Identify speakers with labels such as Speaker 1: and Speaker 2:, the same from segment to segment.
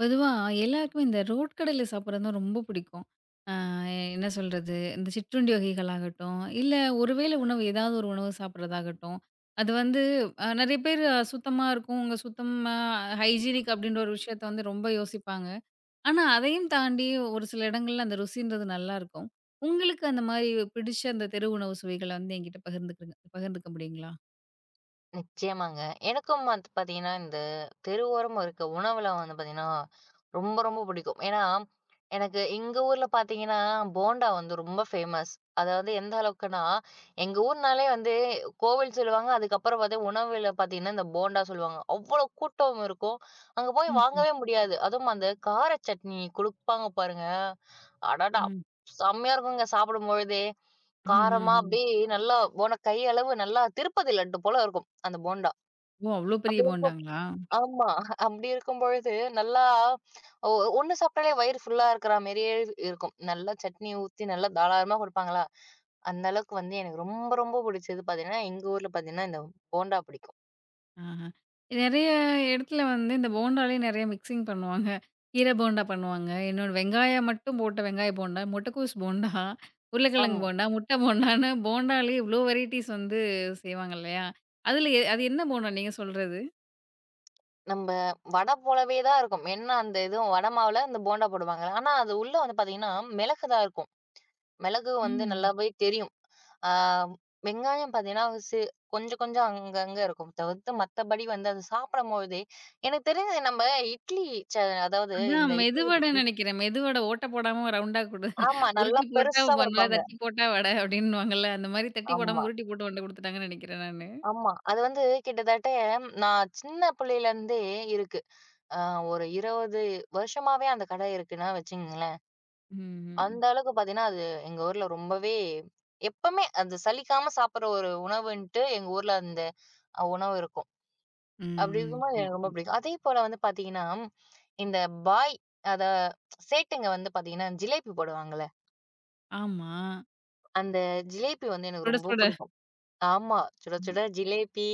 Speaker 1: பொதுவா எல்லாருக்குமே இந்த ரோட்கடையில சாப்பிட்றது தான் ரொம்ப பிடிக்கும். ஆ என்ன சொல்றது? இந்த சிற்றுண்டி வகைகளாகட்டும், இல்ல ஒருவேளை உணவு ஏதாவது ஒரு உணவு சாப்பிட்றதாகட்டும், அது வந்து நெறைய பேர் சுத்தமா இருக்கும், உங்க சுத்தமா ஹைஜீனிக் அப்படின்ற ஒரு விஷயத்த வந்து ரொம்ப யோசிப்பாங்க. ஆனா, அதையும் தாண்டி ஒரு சில இடங்கள்ல அந்த ருசின்றது நல்லாயிருக்கும். உங்களுக்கு அந்த மாரி பிடிச்ச அந்த தெரு உணவு சுவைகள வந்து என்கிட்ட பகிர்ந்துக்க முடியுங்களா?
Speaker 2: நிச்சயமாங்க. எனக்கும் வந்து பார்த்தீங்கன்னா, இந்த தெருவோரமா இருக்க உணவுல வந்து பார்த்தீங்கன்னா, ரொம்ப ரொம்ப பிடிக்கும். ஏன்னா, எனக்கு எங்க ஊர்ல பார்த்தீங்கன்னா, போண்டா வந்து ரொம்ப ஃபேமஸ். அதாவது எந்த அளவுக்குன்னா, எங்க ஊர்னாலே வந்து கோவில் சொல்லுவாங்க. அதுக்கப்புறம் பார்த்தா உணவுல பார்த்தீங்கன்னா, இந்த போண்டா சொல்லுவாங்க. அவ்வளோ கூட்டம் இருக்கும். அங்க போய்
Speaker 1: ம்ஹ்ம்.
Speaker 2: வாங்கவே முடியாது. அதுவும் அந்த கார சட்னி குடுப்பாங்க பாருங்க. அடடா!
Speaker 1: ம்.
Speaker 2: செம்மையா இருக்குங்க சாப்பிடும்பொழுதே! காரமா
Speaker 1: ம்ஹ்ம்.
Speaker 2: அப்படியே நல்லா போன கை அளவு நல்லா திருப்பதி லட்டு போல இருக்கும் அந்த போண்டா.
Speaker 1: ஓ! அவ்ளோ பெரிய
Speaker 2: அப்படியே
Speaker 1: போண்டாங்களா?
Speaker 2: ஆமா. அப்படி இருக்கும் பொழுது நல்லா ஒ ஒண்ணு சாப்பிட்டாலே வயிறு ஃபுல்லா இருக்கிற மாரியே இருக்கும். நல்லா சட்னி ஊத்தி நல்லா தாராளமா குடுப்பாங்களா, அந்த அளவுக்கு வந்து எனக்கு ரொம்ப ரொம்ப பிடிச்சது பார்த்தீங்கன்னா, எங்க ஊர்ல பார்த்தீங்கன்னா இந்த போண்டா பிடிக்கும்.
Speaker 1: ஆஹா. நெறைய இடத்துல வந்து இந்த போண்டாலே நெறைய மிக்ஸிங் பண்ணுவாங்க. கீரை போண்டா பண்ணுவாங்க. இன்னொன்னு வெங்காயம் மட்டும் போட்ட வெங்காய போண்டா, முட்டைக்கூஸ் போண்டா, உருளைக்கிழங்கு
Speaker 2: ஆமா.
Speaker 1: போண்டா, முட்டை போண்டான்னு போண்டாலே இவ்ளோ வெரைட்டீஸ் வந்து செய்வாங்க இல்லையா? அதுல அது என்ன போண்டா நீங்க சொல்றது?
Speaker 2: நம்ப வடை போலவே தான் இருக்கும். என்ன அந்த இதுவும் வடை மாவுல அந்த போண்டா போடுவாங்க. ஆனா அது உள்ள வந்து பார்த்தீங்கன்னா, மிளகு தான் இருக்கும். மிளகு வந்து
Speaker 1: ம்.
Speaker 2: நல்லாவே தெரியும். ஆ வெங்காயம் பார்த்தீங்கன்னா, கொஞ்சம் கொஞ்சம் அங்கங்க இருக்கும். தவிர்த்து மத்தபடி வந்து அது சாப்பிடும்போதே எனக்கு தெரிஞ்சு நம்ம இட்லி ச அதாவது
Speaker 1: அதான்
Speaker 2: இந்த இட்லி
Speaker 1: மெதுவடை நெனைக்கிறேன். மெதுவடை ஓட்ட போடாம ரவுண்டா
Speaker 2: ஆமா நல்லா
Speaker 1: உருட்டி போட்டா
Speaker 2: பெருசா
Speaker 1: பன்வ,
Speaker 2: குடுப்பாங்க.
Speaker 1: தட்டி போட்டா வடை அப்டின்னுவாங்கல்ல. அந்த மாரி தட்டி போடாம
Speaker 2: ஆமா,
Speaker 1: உருட்டி போட்டு கொண்டு குடுத்துட்டாங்கன்னு நெனைக்கிறேன் நானு.
Speaker 2: ஆமா. அது வந்து கிட்டத்தட்ட நான் சின்ன பிள்ளையிலேருந்தே இருக்கு. அ ஒரு 20 வருஷமாவே அந்த கடை இருக்குன்னா வச்சுக்கங்களேன்.
Speaker 1: ம்ஹ்ம்.
Speaker 2: அந்த அளவுக்கு பார்த்தீங்கன்னா, அது எங்க ஊர்ல ரொம்பவே எப்பமே அது சலிக்காம சாப்பிடுற ஒரு உணவுன்ட்டு எங்க ஊர்ல அந்த உணவு இருக்கும்.
Speaker 1: ம்,
Speaker 2: அப்படி
Speaker 1: ம்.
Speaker 2: இருக்கும்போது
Speaker 1: புரியுது,
Speaker 2: எனக்கு ரொம்ப
Speaker 1: புரியுது.
Speaker 2: பிடிக்கும். அதே போல வந்து பாத்தீங்கன்னா, இந்த பாய் அத சேட்டுங்க வந்து பாத்தீங்கன்னா, ஜிலேபி போடுவாங்கல்ல.
Speaker 1: ஆமா.
Speaker 2: அந்த ஜிலேபி வந்து எனக்கு
Speaker 1: சுட
Speaker 2: ரொம்ப
Speaker 1: சுட.
Speaker 2: பிடிக்கும். ஆமா. சுட சுட ஜிலேபி,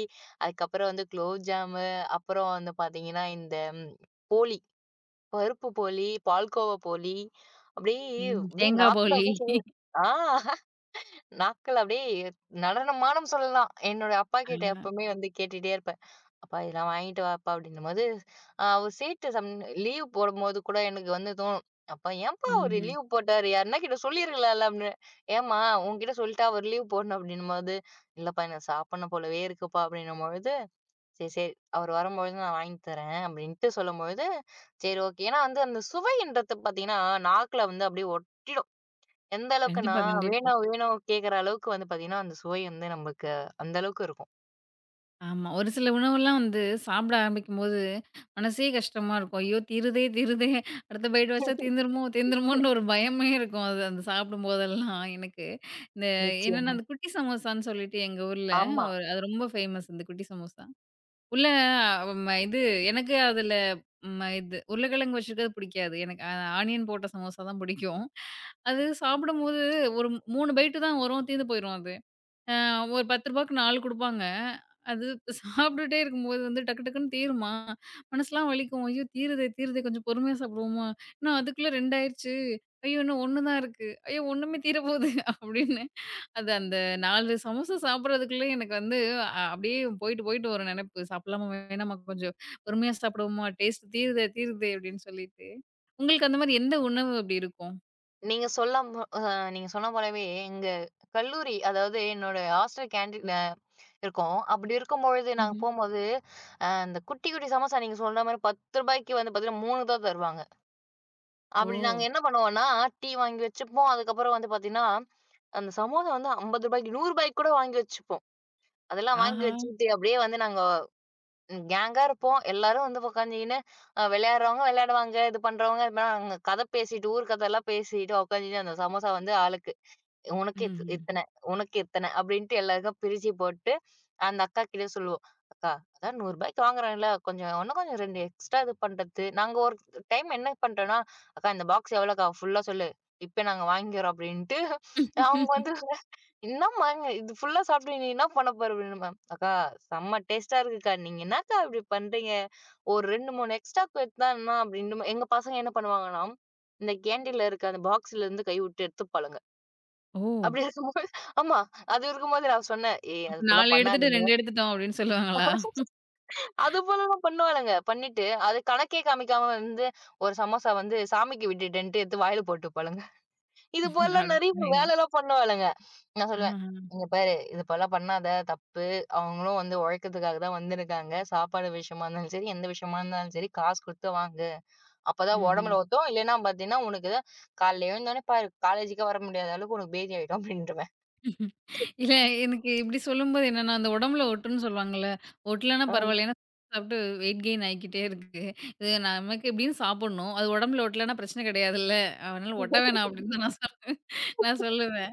Speaker 2: அதுக்கப்புறம் வந்து குலோப் ஜாமு, அப்புறம் வந்து பாத்தீங்கன்னா, இந்த போளி, பருப்பு போளி, பால்கோவா போளி, அப்படியே
Speaker 1: ம்.
Speaker 2: அப்படியே
Speaker 1: தேங்கா
Speaker 2: நாக்குல
Speaker 1: போளி.
Speaker 2: அப்படியே ஆ நாக்குல அப்படியே நடனமாடும் சொல்லலாம். என்னோட அப்பா கிட்ட
Speaker 1: ஆ.
Speaker 2: எப்பவுமே வந்து கேட்டுட்டே இருப்பேன். அப்பா இதெல்லாம் வாங்கிட்டு வாப்பா அப்படின்னும்போது, அவரு சேட்ட லீவ் போடும்போது கூட எனக்கு வந்து தோணும். அப்பா ஏன்ப்பா அவரு
Speaker 1: ம்ஹ்ம்.
Speaker 2: லீவ் போட்டாரு? யாருன்னா கிட்ட சொல்லியிருக்கலாம்ல அப்படின்னு. ஏம்மா உன்கிட்ட சொல்லிட்டா அவரு லீவ் போடணும் அப்படின்னும்போது, இல்லப்பா எனக்கு சாப்பிடணும் போலவே இருக்குப்பா அப்படின்னும்பொழுது, சரி, சரி அவரு வரும்பொழுது நான் வாங்கி தரேன் அப்படின்ட்டு சொல்லும்பொழுது, சரி ஓகே. ஏன்னா வந்து அந்த சுவைன்றது பார்த்தீங்கன்னா, நாக்குல வந்து அப்படியே ஒட்டிடும். எந்த அளவுக்குன்னா,
Speaker 1: கண்டிப்பா, கண்டிப்பா.
Speaker 2: வேணும் வேணும் கேட்கற அளவுக்கு வந்து பார்த்தீங்கன்னா, அந்த சுவை வந்து நமக்கு அந்த அளவுக்கு இருக்கும்.
Speaker 1: ஆமா. ஒரு சில உணவுலாம் வந்து சாப்பிட ஆரம்பிக்கும்போது, மனசே கஷ்டமா இருக்கும். ஐயோ! தீருதே தீருதே அடுத்த பைட் வச்சா தீந்துருமோ தீந்துருமோன்ற ஒரு பயமே இருக்கும். அது அந்த சாப்பிடும்போதெல்லாம் எனக்கு. இந்த என்னன்னா
Speaker 2: நிச்சயமா.
Speaker 1: அந்த குட்டி சமோசான்னு சொல்லிட்டு எங்க ஊர்ல
Speaker 2: ஆமா.
Speaker 1: ஒரு அது ரொம்ப ஃபேமஸ் இந்த குட்டி சமோசா. உள்ள இது எனக்கு அதுல இது உருளைக்கிழங்கு வச்சிருக்கிறது பிடிக்காது. எனக்கு ஆனியன் போட்ட சமோசா தான் பிடிக்கும். அது சாப்பிடும்போது ஒரு 3 பைட்டு தான் வரும். தீர்ந்து போயிரும் அது. அ ஒரு ரூ. 10க்கு 4 குடுப்பாங்க. அது சாப்பிட்டுட்டே இருக்கும்போது வந்து டக்கு டக்குன்னு தீருமா? மனசுலாம் வலிக்கும். ஐயோ! தீருதே தீருதே கொஞ்சம் பொறுமையா சாப்பிடுவோமா? இன்னும் அதுக்குள்ள 2 ஆயிருச்சு. ஐயோ! இன்னும் 1 தான் இருக்கு. ஐயோ! ஒண்ணுமே தீரப்போது அப்படின்னு. அது அந்த 4 சமோசா சாப்பிடுறதுக்குள்ளயே எனக்கு வந்து அப்படியே போயிட்டு, போயிட்டு ஒரு நெனப்பு. சாப்பிடலாமா வேணாமா கொஞ்சம் பொறுமையா சாப்பிடுவோமா? டேஸ்ட் தீருதே தீருதே அப்படின்னு சொல்லிட்டு. உங்களுக்கு அந்த மாரி எந்த உணவு அப்படி இருக்கும்?
Speaker 2: நீங்க சொல்லம் அ நீங்க சொன்ன போலவே எங்க கல்லூரி அதாவது என்னோட ஹாஸ்டல் கேன்டீன்ல இருக்கும். அப்படி இருக்கும்பொழுது நாங்க
Speaker 1: ம்ஹ்ம்.
Speaker 2: போம்போது, இந்த குட்டி, குட்டி சமோசா நீங்க சொல்ற மாரி ரூ. 10க்கு வந்து பார்த்தீங்கன்னா 3 தான் தருவாங்க.
Speaker 1: ஓ!
Speaker 2: அப்படி நாங்க என்ன பண்ணுவோம்னா, டீ வாங்கி வச்சுப்போம். அதுக்கப்புறம் வந்து பார்த்தீங்கன்னா, அந்த சமோசா வந்து ரூ. 50 ரூ. 100 கூட வாங்கி வச்சுப்போம். அதெல்லாம் வாங்கி
Speaker 1: ஆஹா!
Speaker 2: வச்சுக்கிட்டு அப்படியே வந்து நாங்க கேங்கா இருப்போம். எல்லாரும் வந்து உட்காந்துக்கின்னு விளையாடுறவங்க விளையாடுவாங்க. இது பண்றவங்க இது பண்றாங்க. கதை பேசிட்டு, ஊர் கதைலாம் பேசிட்டு உட்காந்துட்டு அந்த சமோசா வந்து ஆளுக்கு உனக்கு இத்
Speaker 1: ம்ஹ்ம்.
Speaker 2: இத்தன, உனக்கு இத்தன அப்படின்ட்டு எல்லாருக்கும் பிரிச்சு போட்டு, அந்த அக்கா கிட்ட சொல்லுவோம். "அக்கா, அதான் ரூ. 100க்கு வாங்குறோம்ல, கொஞ்சம் இன்னும் கொஞ்சம் 2 எக்ஸ்ட்ரா இது பண்றது." நாங்க ஒரு டைம் என்ன பண்றோம்னா, "அக்கா இந்த பாக்ஸ் எவ்வளோக்கா? ஃபுல்லா சொல்லு. இப்ப நாங்க வாங்கிக்கிறோம்." அப்படின்ட்டு அவங்க வந்து "என்னம்மாங்க இது ஃபுல்லா சாப்பிட்டு நீ என்ன பண்ண போற?" அப்படின்னும்பே. "அக்கா செம்ம டேஸ்ட்டா இருக்குக்கா. நீங்க என்னக்கா இப்படி பண்றீங்க? ஒரு 2, 3 எக்ஸ்ட்ரா எடுத்தா என்ன?" அப்படின்னும் எங்க பசங்க என்ன பண்ணுவாங்கன்னா, இந்த கேண்டீன்ல இருக்க அந்த பாக்ஸ்ல இருந்து கைவிட்டு எடுத்துப்பாளுங்க.
Speaker 1: ஓ!
Speaker 2: அப்படி இருக்கும்போது ஆமா. அது இருக்கும்போது நான் சொன்னேன். "ஏய்
Speaker 1: அப்ப
Speaker 2: அது போல
Speaker 1: 4 எடுத்துட்டு 2
Speaker 2: பண்ணாதீங்க."
Speaker 1: எடுத்துட்டோம் அப்படின்னு சொல்லுவாங்களா?
Speaker 2: அது போலலாம் பண்ணுவாளுங்க. பண்ணிட்டு, அது கணக்கே காமிக்காம வந்து ஒரு சமோசா வந்து சாமிக்கு விட்டுட்டேன்ட்டு எடுத்து வாயில போட்டு போலங்க. இது போலலாம் நெறைய
Speaker 1: அடப்பாவிங்களா!
Speaker 2: வேலைலாம் பண்ணுவாளுங்க. நான் சொல்லுவேன்,
Speaker 1: ஆஹ.
Speaker 2: "இங்க பாரு இது போலலாம் பண்ணாத தப்பு. அவங்களும் வந்து உழைக்கிறதுக்காக தான் வந்திருக்காங்க. சாப்பாடு விஷயமா இருந்தாலும் சரி, எந்த விஷயமா இருந்தாலும் சரி காசு குடுத்து வாங்கு. அப்பதான்
Speaker 1: ம்ஹ்ம்.
Speaker 2: உடம்புல ஒத்தும். இல்லன்னா பார்த்தீங்கன்னா, உனக்கு காலைல எழுந்தோனே பாரு, காலேஜுக்கே வர முடியாத அளவுக்கு உனக்கு பேதி ஆயிடும்." அப்படின்ருவேன்.
Speaker 1: இல்ல எனக்கு இப்டி சொல்லும்போது என்னன்னா, அந்த உடம்புல ஒட்டுன்னு சொல்லுவாங்கல்ல. ஒட்டலன்னா பரவால்ல. ஏன்னா சாப்பிட்டு வெயிட் கெயின் ஆயிக்கிட்டே இருக்கு. இது நமக்கு எப்டியும் சாப்பிடணும். அது உடம்புல ஒட்டலன்னா பிரச்சனை கிடையாதுல்ல. அதனால ஒட்ட வேணாம் அப்டின்னு தான் நான் சொல்லுவேன் நான் சொல்லுவேன்.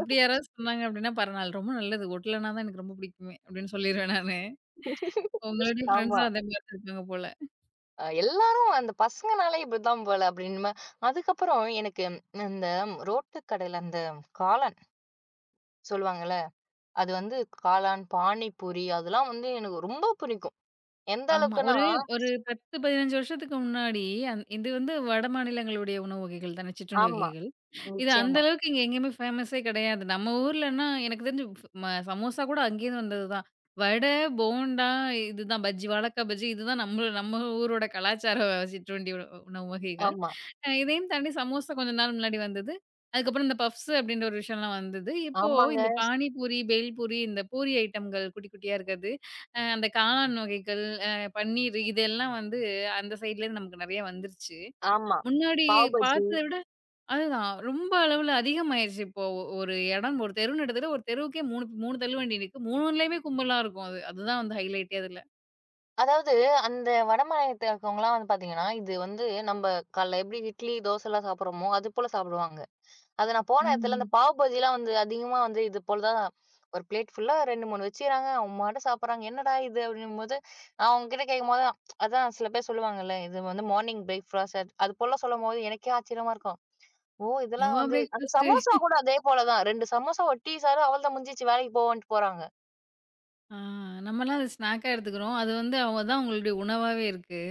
Speaker 1: இப்டி யாராவது சொன்னாங்க அப்டின்னா பரவால்ல. ரொம்ப நல்லது. ஒட்டலன்னா தான் எனக்கு ரொம்ப பிடிக்குமே அப்டின்னு சொல்லிருவேன் நானு. உங்களுடைய
Speaker 2: ஆமா.
Speaker 1: ஃப்ரெண்ட்ஸும் அதே மாரி இருக்காங்க போல.
Speaker 2: எல்லாரும் அந்த பசங்கனாலே இப்படிதான் போல அப்படின்னு. அதுக்கப்புறம் எனக்கு இந்த ரோட்டு கடையில அந்த காளான் சொல்லுவாங்கல்ல, அது வந்து காளான், பானிபூரி அதெல்லாம் வந்து எனக்கு ரொம்ப பிடிக்கும். எந்த
Speaker 1: ஆமா.
Speaker 2: அளவுக்குன்னா
Speaker 1: ஒரு ஒரு 10, 15 வருஷத்துக்கு முன்னாடி இது வந்து வட மாநிலங்களுடைய உணவு வகைகள் தானே! சிற்றுண்டி
Speaker 2: ஆமா,
Speaker 1: வகைகள். இது அந்த
Speaker 2: நிச்சயமா.
Speaker 1: அளவுக்கு இங்க எங்கேயுமே ஃபேமஸே கிடையாது. நம்ம ஊர்லன்னா எனக்கு தெரிஞ்சு ஃப் ம சமோசா கூட அங்கேருந்து வந்தது தான். வடை, போண்டா இதுதான் பஜ்ஜி, வாழக்கா பஜ்ஜி இதுதான் நம்ம நம்ம ஊரோட கலாச்சார சிற்றுண்டி உணவு வகைகள்.
Speaker 2: ஆமா,
Speaker 1: இதையும் தாண்டி சமோசா கொஞ்ச நாள் முன்னாடி வந்தது. அதுக்கப்புறம் இந்த பஃப்ஸ் அப்படின்ற ஒரு விஷயம்லாம் வந்தது. இப்போ
Speaker 2: ஆமாங்க.
Speaker 1: இந்த பானிபூரி, பேல்பூரி இந்த பூரி ஐட்டம்கள் குட்டி குட்டியா இருக்கிறது. அந்த காளான் வகைகள், அ பன்னீர் இதெல்லாம் வந்து அந்த சைட்லேருந்து நமக்கு நெறைய வந்துருச்சு.
Speaker 2: ஆமா.
Speaker 1: முன்னாடி
Speaker 2: பாவ் பஜ்ஜி.
Speaker 1: பார்த்தத விட அதுதான் ரொம்ப அளவுல அதிகமாயிருச்சு. இப்போ ஒரு இடம் ஒரு தெருன்னு எடுத்துட்டா ஒரு தெருவுக்கே 3 3 தள்ளுவண்டி நிக்கு. 3ணுலயுமே கும்பலா இருக்கும் அது. அதுதான் வந்து ஹைலைட்டே அதுல.
Speaker 2: அதாவது அந்த வட மாநிலத்தில இருக்கவங்கலாம் வந்து பார்த்தீங்கன்னா, இது வந்து நம்ப காலைல எப்படி இட்லி, தோசைலாம் சாப்பிடுறோமோ, அது போல சாப்பிடுவாங்க. அது நான் போன இடத்துல அந்த
Speaker 1: ம்.
Speaker 2: பாவ் பாஜிலாம் வந்து அதிகமா வந்து இது போல தான் ஒரு பிளேட் ஃபுல்லா 2, 3 வச்சுக்கிறாங்க. அவங்கபாட்டுக்கு சாப்பிடுறாங்க. என்னடா இது அப்படிங்கும்போது, நான் அவங்ககிட்ட கேட்கும்போது அதான் சில பேர் சொல்லுவாங்கல்ல, இது வந்து மார்னிங் பிரேக்ஃபாஸ்ட் அது அது போல சொல்லும்போது எனக்கே ஆச்சரியமா இருக்கும். ஓ! இதெல்லாம்
Speaker 1: இதுவா
Speaker 2: வந்து அந்த
Speaker 1: பிரேக்ஃபாஸ்ட்டு?
Speaker 2: சமோசா கூட அதே போல தான். 2 சமோசா, ஒரு டீ சாறு அவ்வளதான் முடிஞ்சிருச்சு வேலைக்கு போவோன்ட்டு போறாங்க.
Speaker 1: ஆ நம்மலாம் அத ஸ்நாக்கா எடுத்துக்கிறோம். அது வந்து அவங்க தான் அவங்களுடைய உணவாவே இருக்கு.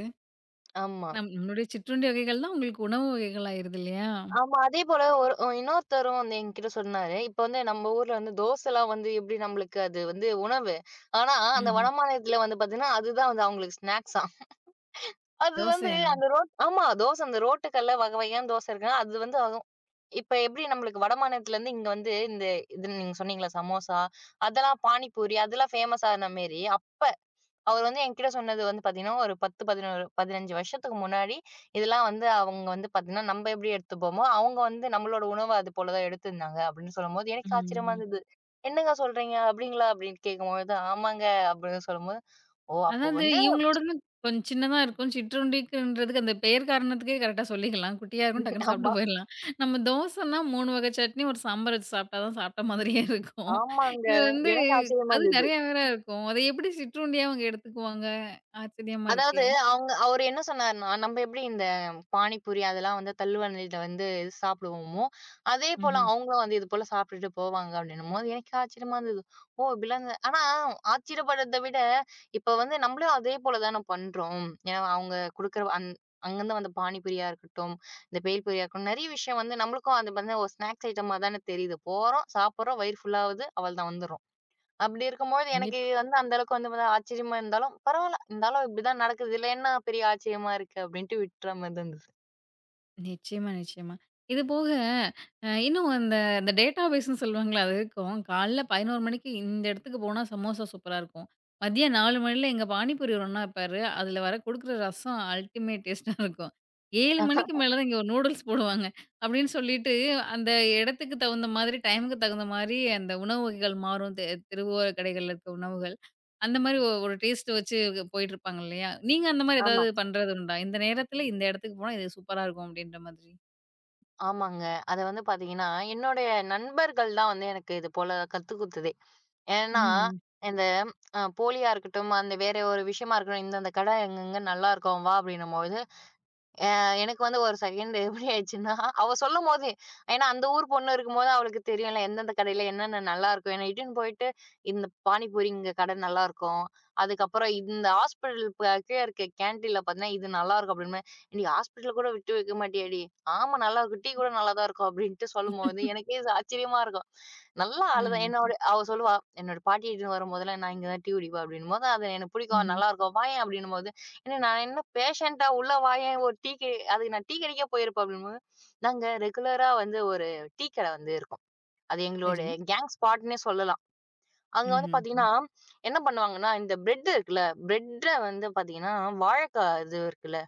Speaker 2: ஆமா.
Speaker 1: நம்மளுடைய சிற்றுண்டி வகைகள் தான் உங்களுக்கு உணவு வகைகள் ஆயிருது இல்லையா?
Speaker 2: ஆமா. அதே போல ஒரு இன்னொருத்தரும் வந்து என்கிட்ட சொன்னாரு. இப்ப வந்து நம்ம ஊர்ல வந்து தோசைலாம் வந்து எப்படி நம்மளுக்கு அது வந்து உணவு. ஆனா அந்த
Speaker 1: ம்ஹ்ம்.
Speaker 2: வடமாநிலத்தில வந்து பார்த்தீங்கன்னா, அதுதான் வந்து அவங்களுக்கு ஸ்நாக்ஸாம். அது வந்து
Speaker 1: தோசையா?
Speaker 2: அந்த ரோட் ஆமா. தோசை அந்த ரோட்டுக்கல்ல வகை வகையான தோசை இருக்குன்னா, அது வந்து ஆகும். இப்ப எப்படி நம்மளுக்கு வடமாநிலத்திலருந்து இங்க வந்து இந்த இது நீங்க சொன்னீங்கல்ல சமோசா, அதெல்லாம் பானிபூரி அதெல்லாம் ஃபேமஸ் ஆன மாரி, அப்ப அவர் வந்து என்கிட்ட சொன்னது வந்து பார்த்தீங்கன்னா, ஒரு 10, 11, 15 வருஷத்துக்கு முன்னாடி இதெல்லாம் வந்து அவங்க வந்து பார்த்தீங்கன்னா, நம்ம எப்படி எடுத்துப்போமோ, அவங்க வந்து நம்மளோட உணவ அது போல தான் எடுத்திருந்தாங்க அப்படின்னு சொல்லும்போது, எனக்கு ஆச்சரியமா
Speaker 1: ம்.
Speaker 2: இருந்தது. "என்னங்க சொல்றீங்க? அப்படிங்களா?" அப்படின்னு கேட்கும்பொழுது, "ஆமாங்க" அப்படின்னு சொல்லும்போது, "ஓ! அப்போ
Speaker 1: அதாவது
Speaker 2: வந்து
Speaker 1: இவங்களோடது கொஞ்சம் சின்னதா இருக்கும். சிற்றுண்டிக்குன்றதுக்கு அந்த பெயர் காரணத்துக்கே கரெக்ட்டா சொல்லிக்கலாம். குட்டியா இருக்கும் டக்குன்னு சாப்பிட்டு
Speaker 2: ஆமா.
Speaker 1: போயிரலாம். நம்ம தோசைன்னா 3 வகை சட்னி, ஒரு சாம்பார் வச்சு சாப்பிட்டா தான் சாப்பிட்ட மாதிரியே இருக்கும்.
Speaker 2: ஆமாங்க.
Speaker 1: இது வந்து
Speaker 2: எனக்கு ஆச்சரியமா
Speaker 1: அது
Speaker 2: இருந்தது.
Speaker 1: நெறையா வேற இருக்கும். அத எப்படி சிற்றுண்டியா அவங்க எடுத்துக்குவாங்க? ஆச்சரியமா
Speaker 2: அதாவது
Speaker 1: இருக்கே!
Speaker 2: அவரு என்ன சொன்னாருன்னா, நம்ம எப்படி இந்த பானிபூரி அதெல்லாம் வந்து தள்ளுவண்டில வந்து சாப்பிடுவோமோ, அதே போல
Speaker 1: ம்ஹ்ம்.
Speaker 2: அவங்களும் வந்து இது போல சாப்பிட்டுட்டு போவாங்க அப்படின்னும்போது, எனக்கு ஆச்சரியமா இருந்தது. ஓ! இப்படிலாம் இந்த- ஆனா ஆச்சரியப்படுறத விட, இப்ப வந்து நம்மளும் அதே போல தான பண்றோம். ஏன்னா அவங்க குடுக்குற அங்கருந்து வந்த பானிபூரியா இருக்கட்டும், இந்த பேல்பூரியா இருக்கட்டும், நெறைய விஷயம் வந்து நம்மளுக்கும் அது வந்து ஒரு ஸ்நாக்ஸ் ஐட்டமா தான தெரியுது. போறோம், சாப்பிடுறோம், வயிறு ஃபுல் ஆவுது, அவ்வளதான் வந்துர்றோம். அப்படி இருக்கும்போது எனக்கு
Speaker 1: கண்டிப்பா.
Speaker 2: இது வந்து அந்த அளவுக்கு வந்து மொத ஆச்சரியமா இருந்தாலும், பரவால்ல. இருந்தாலும் இப்படிதான் நடக்குது. இதுல என்ன பெரிய ஆச்சரியமா இருக்கு அப்படின்ட்டு விட்டுற மாரி இருந்தது.
Speaker 1: நிச்சயமா, நிச்சயமா. இது போக இன்னும் அந்த இந்த டேட்டாபேஸ்ன்னு சொல்லுவாங்கல்ல, அது இருக்கும். காலைல 11 மணிக்கு இந்த இடத்துக்கு போனா சமோசா சூப்பரா இருக்கும். மதியம் 4 மணில எங்க பானிபூரி ஒரு அண்ணா இருப்பாரு. அதில வர குடுக்குற ரசம் அல்டிமேட் டேஸ்ட்டா இருக்கும். 7 மணிக்கு மேல தான் இங்க ஒரு நூடுல்ஸ் போடுவாங்க. அப்டின்னு சொல்லிட்டு அந்த இடத்துக்கு தகுந்த மாதிரி, டைமுக்கு தகுந்த மாரி அந்த உணவு வகைகள் மாறும். தெருவோர கடைகள்ல இருக்க உணவுகள். அந்த மாரி ஒரு டேஸ்ட் வச்சு போயிட்டுருப்பாங்க இல்லையா? நீங்க அந்த மாரி
Speaker 2: ஆமா.
Speaker 1: ஏதாவது பண்றது உண்டா? இந்த நேரத்துல இந்த இடத்துக்கு போனா இது சூப்பரா இருக்கும் அப்டின்ற மாதிரி.
Speaker 2: ஆமாங்க. அத வந்து பாத்தீங்கன்னா, என்னுடைய நண்பர்கள் தான் வந்து எனக்கு இது போல கத்துக் குடுத்ததே. ஏன்னா,
Speaker 1: ம்ஹ்ம்.
Speaker 2: இந்த போலியா இருக்கட்டும், அந்த வேற ஒரு விஷயமா இருக்கட்டும், "இந்த இந்த கடை எங்கெங்க நல்லாருக்கும், வா" அப்படின்னும்போது எனக்கு வந்து ஒரு செகண்ட் எப்படி ஆயிடுச்சுன்னா, அவ சொல்லும்போது ஏன்னா அந்த ஊர் பொண்ணு இருக்கும்போது அவளுக்கு தெரியும்ல. எந்தெந்த கடையில என்னென்ன நல்லாருக்கும். என்ன இட்டுன்னு போயிட்டு, "இந்த பானிபூரி இங்க கடை நல்லாருக்கும். அதுக்கப்புறம் இந்த ஹாஸ்பிட்டல் பக்கே இருக்க கேன்டீன்ல பார்த்தீங்கன்னா, இது நல்லாருக்கும்" அப்படின்பேன். "ஏன்டி ஹாஸ்பிட்டல கூட விட்டு வைக்க மாட்டியாடி?" "ஆமா நல்லாருக்கும். டீ கூட நல்லா தான் இருக்கும்" அப்படின்ட்டு சொல்லும்போது, எனக்கே இது ஆச்சரியமா இருக்கும். நல்ல ஆளு தான்.
Speaker 1: ஆ.
Speaker 2: என்னோட அவ சொல்லுவா, "என்னோட பாட்டி இட்டுன்னு வரும்போதெல்லாம் நான் இங்க தான் டீ குடிப்பேன்" அப்படின்னும்போது, அது எனக்கு பிடிக்கும்.
Speaker 1: ம்ஹ்ம்.
Speaker 2: "நல்லாருக்கும். வாயேன்" அப்படின்னும்போது, ஏன்னா நான் என்ன பேஷண்டா உள்ள வாயேன் ஒரு டீ அதுக்கு நான் டீ கடைக்கே போயிருப்பேன் அப்படின்னு. நாங்க ரெகுலரா வந்து ஒரு டீ கடை வந்து இருக்கும். அது எங்களோட
Speaker 1: சரி.
Speaker 2: கேங் ஸ்பாட்ன்னே சொல்லலாம். அங்க வந்து
Speaker 1: ம்ஹ்ம். ம்.
Speaker 2: பார்த்தீங்கன்னா, என்ன பண்ணுவாங்கன்னா, இந்த பிரெட் இருக்குல்ல, பிரெட்ட வந்து பார்த்தீங்கன்னா, வாழைக்காய் இது இருக்குல்ல,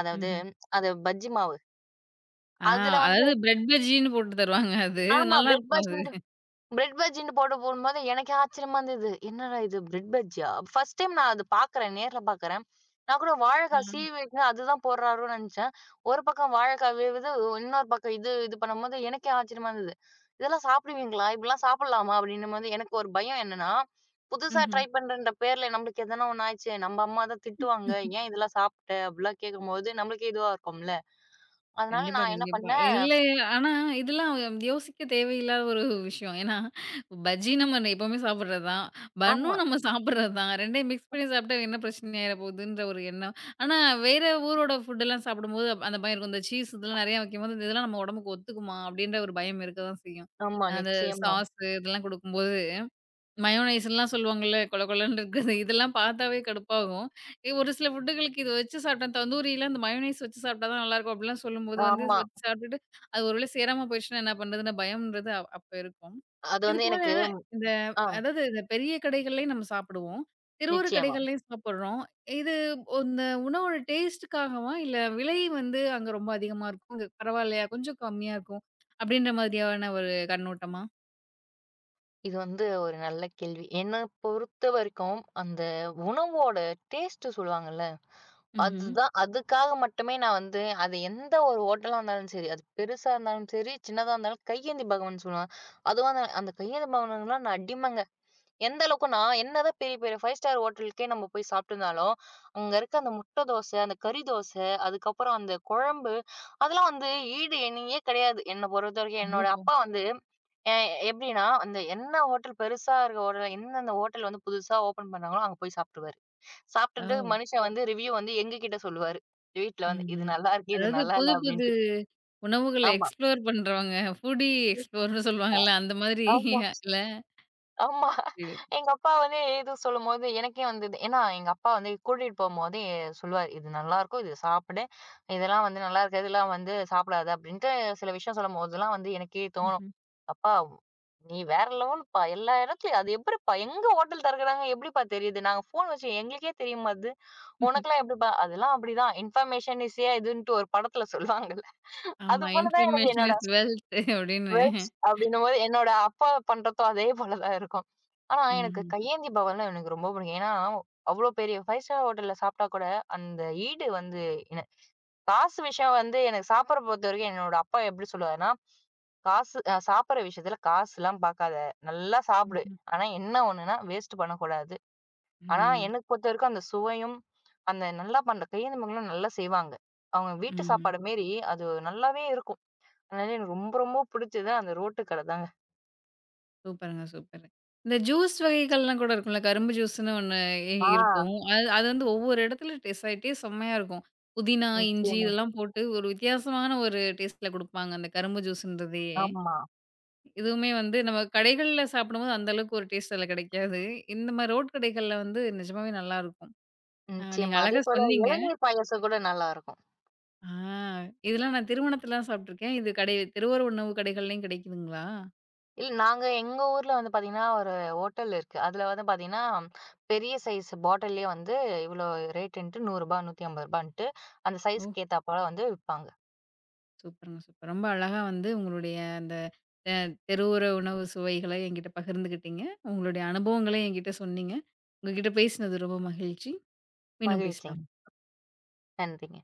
Speaker 2: அதாவது
Speaker 1: ம்ஹ்ம்.
Speaker 2: அது பஜ்ஜி மாவு.
Speaker 1: ஆ
Speaker 2: அதுல வந்து
Speaker 1: அதாவது பிரெட் பஜ்ஜின்னு போட்டு தருவாங்க அது.
Speaker 2: ஆமா பிரெட்
Speaker 1: நல்லாருக்கும் அது.
Speaker 2: பஜ்ஜி பிரெட் பஜ்ஜின்னு போட்டு போடும்போது எனக்கே ஆச்சரியமா இருந்தது. என்னடா இது பிரெட் பஜ்ஜியா? ஃபர்ஸ்ட் டைம் நான் அது பாக்குறேன். நேர்ல பாக்குறேன். நான் கூட வாழைக்காய்
Speaker 1: ஆ.
Speaker 2: சீவிட்டு அதுதான் போடுறாரோன்னு நினைச்சேன். ஒரு பக்கம் வாழைக்காய் வேவுது. இன்னொரு பக்கம் இது இது பண்ணும்போது எனக்கே ஆச்சரியமா இருந்தது. இதெல்லாம் சாப்பிடுவீங்களா? இப்படிலாம் சாப்பிடலாமா? அப்படின்னும்போது எனக்கு ஒரு பயம் என்னன்னா, புதுசா
Speaker 1: ம்ஹ்ம்.
Speaker 2: ட்ரை பண்றேன்ற பேர்ல நம்மளுக்கு எதனா ஒண்ணு ஆயிடுச்சு. நம்ம அம்மா தான் திட்டுவாங்க. ஏன் இதெல்லாம் சாப்பிட்ட? அப்படிலாம் கேட்கும்போது நம்மளுக்கே இதுவா இருக்கும்ல. அதனால
Speaker 1: கண்டிப்பா,
Speaker 2: நான் என்ன
Speaker 1: கண்டிப்பா.
Speaker 2: பண்ணேன்
Speaker 1: இதுல ஆனா இதெல்லாம் யோசிக்க தேவையில்லாத ஒரு விஷயம். ஏன்னா, பஜ்ஜி நம்ம எப்பவுமே சாப்பிடுறது தான்.
Speaker 2: ஆமா,
Speaker 1: பன்னும் நம்ம சாப்பிடுறது தான். 2யும் மிக்ஸ் பண்ணி சாப்பிட்டா என்ன பிரச்சனை ஆயிற போகுதுன்ற ஒரு எண்ணம். ஆனா வேற ஊரோட ஃபுட்டெல்லாம் சாப்பிடும்போது அப்ப அந்த பயம் இருக்கும். இந்த சீஸ் இதெல்லாம் நெறையா வைக்கும்போது, இதெல்லாம் நம்ம உடம்புக்கு ஒத்துக்குமா? அப்படின்ற ஒரு பயம் இருக்க தான் செய்யும்.
Speaker 2: ஆமா.
Speaker 1: அந்த
Speaker 2: நிச்சயமா.
Speaker 1: சாஸ் இதெல்லாம் குடுக்கும்போது மயோனைஸ்லாம் சொல்லுவாங்கல்ல, கொல கொலன்னு இருக்குது. இதெல்லாம் பார்த்தாவே கடுப்பாகும். ஒரு சில ஃபுட்டுகளுக்கு இது வச்சு சாப்பிட்டேன். தந்தூரிலாம் இந்த மயோனைஸ் வச்சு சாப்பிட்டா தான் நல்லாயிருக்கும் அப்படிலாம் சொல்லும்போது வந்து
Speaker 2: ஆமா.
Speaker 1: வச்சு சாப்பிட்டுட்டு, அது ஒரு வேளை சேராம போயிடுச்சுன்னா என்ன பண்றதுன்னு பயம்ன்றது அப்ப இருக்கும்.
Speaker 2: அது வந்து
Speaker 1: இதுபோல
Speaker 2: எனக்கு
Speaker 1: இந்த
Speaker 2: ஆ.
Speaker 1: அதாவது இந்த பெரிய கடைகள்லயும் நம்ம சாப்பிடுவோம். தெருவோர
Speaker 2: நிச்சயமா.
Speaker 1: கடைகள்லயும் சாப்பிடுறோம். இது இந்த உணவோட டேஸ்ட்டுக்காகவா? இல்ல விலை வந்து அங்க ரொம்ப அதிகமா இருக்கும். இங்க பரவாயில்லையா? கொஞ்சம் கம்மியா இருக்கும். அப்படின்ற மாதிரியான ஒரு கண்ணோட்டமா?
Speaker 2: இது வந்து ஒரு நல்ல கேள்வி. என்ன பொறுத்தவரைக்கும், அந்த உணவோட டேஸ்ட் சொல்லுவாங்கல்ல,
Speaker 1: ம்ஹ்ம்.
Speaker 2: அதுதான் அதுக்காக மட்டுமே நான் வந்து அது எந்த ஒரு ஹோட்டலா இருந்தாலும் சரி, அது பெருசா இருந்தாலும் சரி, சின்னதா இருந்தாலும் கையேந்தி பகவான் சொல்லுவாங்க. அதுவும் அந்த அந்த கையேந்தி பகவானுக்குலாம் நான் அடிமைங்க. எந்த அளவுக்குன்னா, என்னதான் பெரிய, பெரிய 5 ஸ்டார் ஹோட்டலுக்கே நம்ம போய் சாப்பிட்டுருந்தாலும், அங்க இருக்க அந்த முட்டை தோச, அந்த கறி தோச, அதுக்கப்புறம் அந்த குழம்பு, அதெல்லாம் வந்து ஈடு இணையே கிடையாது. என்ன பொறுத்தவரைக்கும் என்னோட
Speaker 1: ஓஹோ!
Speaker 2: அப்பா வந்து எ எப்படின்னா, அந்த என்ன ஹோட்டல் பெருசா இருக்க ஹோட்டல் எந்தெந்த ஹோட்டல் வந்து புதுசா ஓப்பன் பண்ணாங்களோ, அங்க போய் சாப்பிட்டுருவாரு.
Speaker 1: ஓ!
Speaker 2: சாப்பிட்டுட்டு மனுஷன் வந்து ரிவ்யூ வந்து எங்ககிட்ட சொல்லுவாரு. வீட்ல வந்து, "இது
Speaker 1: ம்ஹ்ம்.
Speaker 2: நல்லா இருக்கு, இது
Speaker 1: அதாவது
Speaker 2: நல்லா
Speaker 1: புது
Speaker 2: இல்ல"
Speaker 1: புது
Speaker 2: அப்படின்ட்டு.
Speaker 1: உணவுகள
Speaker 2: ஆமா,
Speaker 1: எக்ஸ்ப்ளோர் பண்றவங்க, ஃபுடி எக்ஸ்ப்ளோர்ன்னு சொல்லுவாங்கல்ல, அந்த மாதிரி
Speaker 2: ஆமா.
Speaker 1: இல்ல?
Speaker 2: ஆமா.
Speaker 1: இது
Speaker 2: எங்க அப்பா வந்து இது சொல்லும்போது எனக்கே வந்தது. ஏன்னா எங்க அப்பா வந்து கூட்டிட்டு போம்போதே சொல்லுவாரு, "இது நல்லாருக்கும். இது சாப்பிடு. இதெல்லாம் வந்து நல்லா இருக்காது. இதெல்லாம் வந்து சாப்பிடாத." அப்படின்ட்டு சில விஷயம் சொல்லும்போதெல்லாம் வந்து எனக்கே தோணும்.
Speaker 1: ம்ஹ்ம்.
Speaker 2: "அப்பா நீ வேற லெவல்ப்பா. எல்லா இடத்துலயும் அது எப்படிப்பா எங்க ஹோட்டல் திறக்குறாங்க எப்படிப்பா தெரியுது? நாங்க ஃபோன் வச்சு எங்களுக்கே தெரிய மாட்டுது. உனக்கெல்லாம் எப்படிப்பா?" "அதெல்லாம் அப்படிதான். இன்ஃபர்மேஷன் இஸ் ஏ இதுன்ட்டு ஒரு படத்துல சொல்லுவாங்கல்ல. அது
Speaker 1: ஆமா.
Speaker 2: போல தான் எனக்கு
Speaker 1: இன்ஃபர்மேஷன்
Speaker 2: என்னோட
Speaker 1: இஸ் வெல்த் அப்படின்னு.
Speaker 2: வெல்ப்ஸ் அப்படின்னும்போது என்னோட அப்பா பண்றதும் அதே போல தான் இருக்கும். ஆனா எனக்கு
Speaker 1: ம்ஹ்ம்.
Speaker 2: கையேந்தி பவன்ன்னா எனக்கு ரொம்ப பிடிக்கும். ஏன்னா, அவ்வளோ பெரிய 5 ஸ்டார் ஹோட்டல்ல சாப்பிட்டா கூட அந்த ஈடு வந்து என காசு விஷயம் வந்து எனக்கு சாப்பிடுற பொறுத்தவரைக்கும் என்னோட அப்பா எப்படி சொல்லுவாருன்னா, "காசு அ சாப்பிடுற விஷயத்துல காசுலாம் பார்க்காத. நல்லா சாப்பிடு.
Speaker 1: ம்ஹ்ம்.
Speaker 2: ஆனா என்ன ஒண்ணுன்னா வேஸ்ட் பண்ணக்கூடாது." ஆனா
Speaker 1: ம்.
Speaker 2: எனக்கு பொறுத்தவரைக்கும் அந்த சுவையும், அந்த நல்லா பண்ற கையேந்தி பவன்லாம் நல்லா செய்வாங்க. அவங்க வீட்டு
Speaker 1: ம்.
Speaker 2: சாப்பாடு மேரி அது நல்லாவே இருக்கும். அதனால எனக்கு ரொம்ப ரொம்ப பிடிச்சது அந்த ரோட்டு கடை தாங்க.
Speaker 1: சூப்பருங்க, சூப்பர். இந்த ஜூஸ் வகைகள்லாம் கூட இருக்கும்ல. கரும்பு ஜூஸ்ன்னு ஒண்ணு
Speaker 2: ஆ.
Speaker 1: இருக்கும். அது அது வந்து ஒவ்வொரு இடத்துல டேஸ்ட் ஆயிட்டே செம்மையா இருக்கும். புதினா, இஞ்சி
Speaker 2: நிச்சயமா.
Speaker 1: இதெல்லாம் போட்டு ஒரு வித்தியாசமான ஒரு டேஸ்ட்ல குடுப்பாங்க, அந்த கரும்பு ஜூஸ்ன்றதையே.
Speaker 2: ஆமா.
Speaker 1: இதுவுமே வந்து நம்ம கடைகள்ல சாப்பிடும்போது அந்த அளவுக்கு ஒரு டேஸ்ட் அதில கிடைக்காது. இந்த மாரி ரோட் கடைகள்ல வந்து நிஜமாவே நல்லாருக்கும். நீங்க
Speaker 2: நிச்சயமா.
Speaker 1: அழகா
Speaker 2: அதேபோல
Speaker 1: சொன்னீங்க.
Speaker 2: இளநீர் பாயாசம் கூட நல்லாருக்கும்.
Speaker 1: ஆ இதெல்லாம் நான் திருமணத்துலலாம் சாப்பிட்டுருக்கேன். இது கடை தெருவோர உணவு கடைகள்லயும் கிடைக்குதுங்களா?
Speaker 2: இல்ல நாங்க எங்க ஊர்ல வந்து பாத்தீங்கன்னா, ஒரு ஹோட்டல் இருக்கு. அதுல வந்து பாத்தீங்கன்னா, பெரிய சைஸ் பாட்டில்லயே வந்து இவ்ளோ ரேட்டுன்ட்டு ரூ. 100 ரூ. 150 அந்த
Speaker 1: ஓஹோ!
Speaker 2: சைஸ்க்கு ஏத்தாப்போல வந்து விப்பாங்க.
Speaker 1: சூப்பருங்க சூப்பர். ரொம்ப அழகா வந்து உங்களுடைய அந்த அ தெருவோர உணவு சுவைகள என்கிட்ட பகிர்ந்துக்கிட்டீங்க. உங்களுடைய அனுபவங்களையும் என்கிட்ட சொன்னீங்க. உங்ககிட்ட பேசினது ரொம்ப மகிழ்ச்சி. மீண்டும்
Speaker 2: மகிழ்ச்சிங்க.
Speaker 1: பேசலாம்.
Speaker 2: நன்றிங்க.